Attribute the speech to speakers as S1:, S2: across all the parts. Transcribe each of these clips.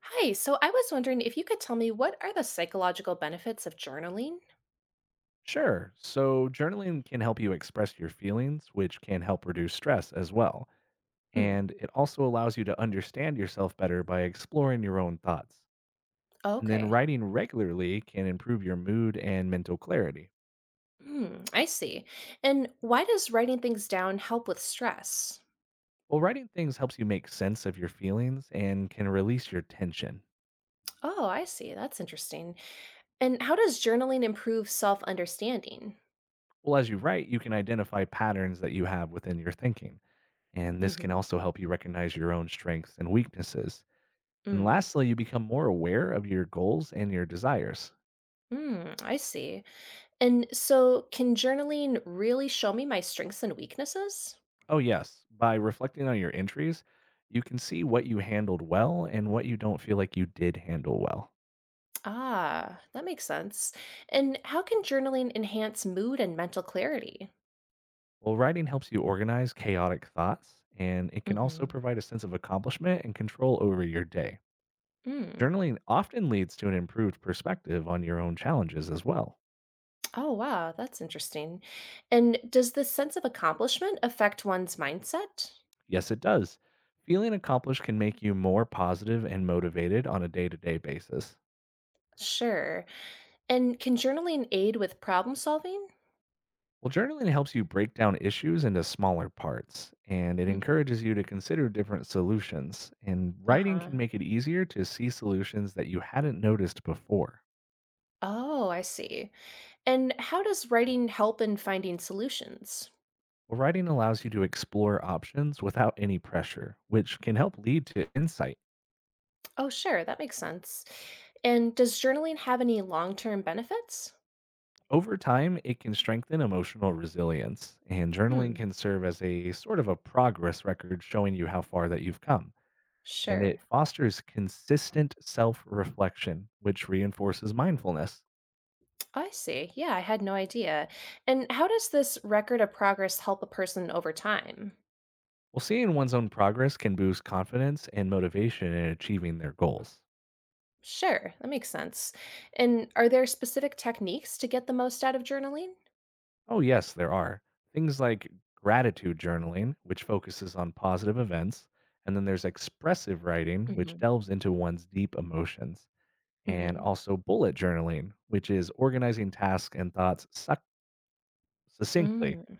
S1: Hi, so I was wondering if you could tell me what are the psychological benefits of journaling?
S2: Sure. So, journaling can help you express your feelings, which can help reduce stress as well.
S1: Hmm.
S2: And it also allows you to understand yourself better by exploring your own thoughts.
S1: Oh,
S2: And then,
S1: okay.
S2: writing regularly can improve your mood and mental clarity.
S1: Hmm. I see. And why does writing things down help with stress?
S2: Well, writing things helps you make sense of your feelings and can release your tension.
S1: Oh, I see. That's interesting. And how does journaling improve self understanding?
S2: Well, as you write, you can identify patterns that you have within your thinking. And this can
S1: Mm-hmm.
S2: also help you recognize your own strengths and weaknesses. And
S1: Mm.
S2: lastly, you become more aware of your goals and your desires.
S1: Mm, I see. And so, can journaling really show me my strengths and weaknesses?
S2: Oh, yes. By reflecting on your entries, you can see what you handled well and what you don't feel like you did handle well.
S1: Ah, that makes sense. And how can journaling enhance mood and mental clarity?
S2: Well, writing helps you organize chaotic thoughts, and it can also
S1: Mm-hmm.
S2: provide a sense of accomplishment and control over your day.
S1: Hmm.
S2: Journaling often leads to an improved perspective on your own challenges as well.
S1: Oh, wow, that's interesting. And does this sense of accomplishment affect one's mindset?
S2: Yes, it does. Feeling accomplished can make you more positive and motivated on a day to day basis.
S1: Sure. And can journaling aid with problem solving?
S2: Well, journaling helps you break down issues into smaller parts, and it
S1: Mhm.
S2: encourages you to consider different solutions. And writing can
S1: Uh-huh.
S2: make it easier to see solutions that you hadn't noticed before.
S1: Oh, I see. And how does writing help in finding solutions?
S2: Well, writing allows you to explore options without any pressure, which can help lead to insight.
S1: Oh, sure, that makes sense. And does journaling have any long-term benefits?
S2: Over time, it can strengthen emotional resilience, and journaling
S1: Hmm,
S2: can serve as a sort of a progress record showing you how far that you've come. And it
S1: sure.
S2: fosters consistent self reflection, which reinforces mindfulness.
S1: I see. Yeah, I had no idea. And how does this record of progress help a person over time?
S2: Well, seeing one's own progress can boost confidence and motivation in achieving their goals.
S1: Sure, that makes sense. And are there specific techniques to get the most out of journaling?
S2: Oh, yes, there are. Things like gratitude journaling, which focuses on positive events, and then there's expressive writing, which
S1: Mhm.
S2: delves into one's deep emotions, and
S1: Mhm.
S2: also bullet journaling, which is organizing tasks and thoughts succinctly.
S1: Mm.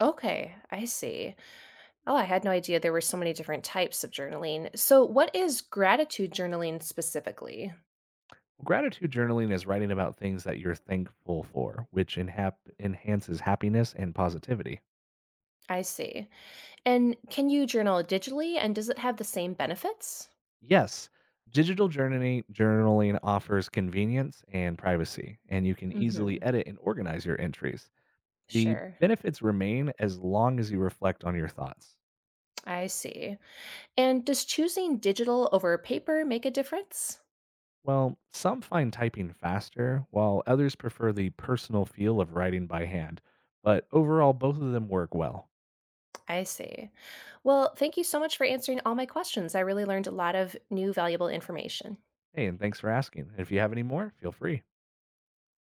S1: Okay, I see. Oh, I had no idea there were so many different types of journaling. So, what is gratitude journaling specifically?
S2: Well, gratitude journaling is writing about things that you're thankful for, which enhances happiness and positivity.
S1: I see. And can you journal digitally and does it have the same benefits?
S2: Yes, digital journaling offers convenience and privacy, and you can easily
S1: Mhm.
S2: edit and organize your entries. The
S1: Sure.
S2: benefits remain as long as you reflect on your thoughts.
S1: I see. And does choosing digital over paper make a difference?
S2: Well, some find typing faster, while others prefer the personal feel of writing by hand. But overall, both of them work well.
S1: I see. Well, thank you so much for answering all my questions. I really learned a lot of new valuable information.
S2: Hey, and thanks for asking. If you have any more, feel free.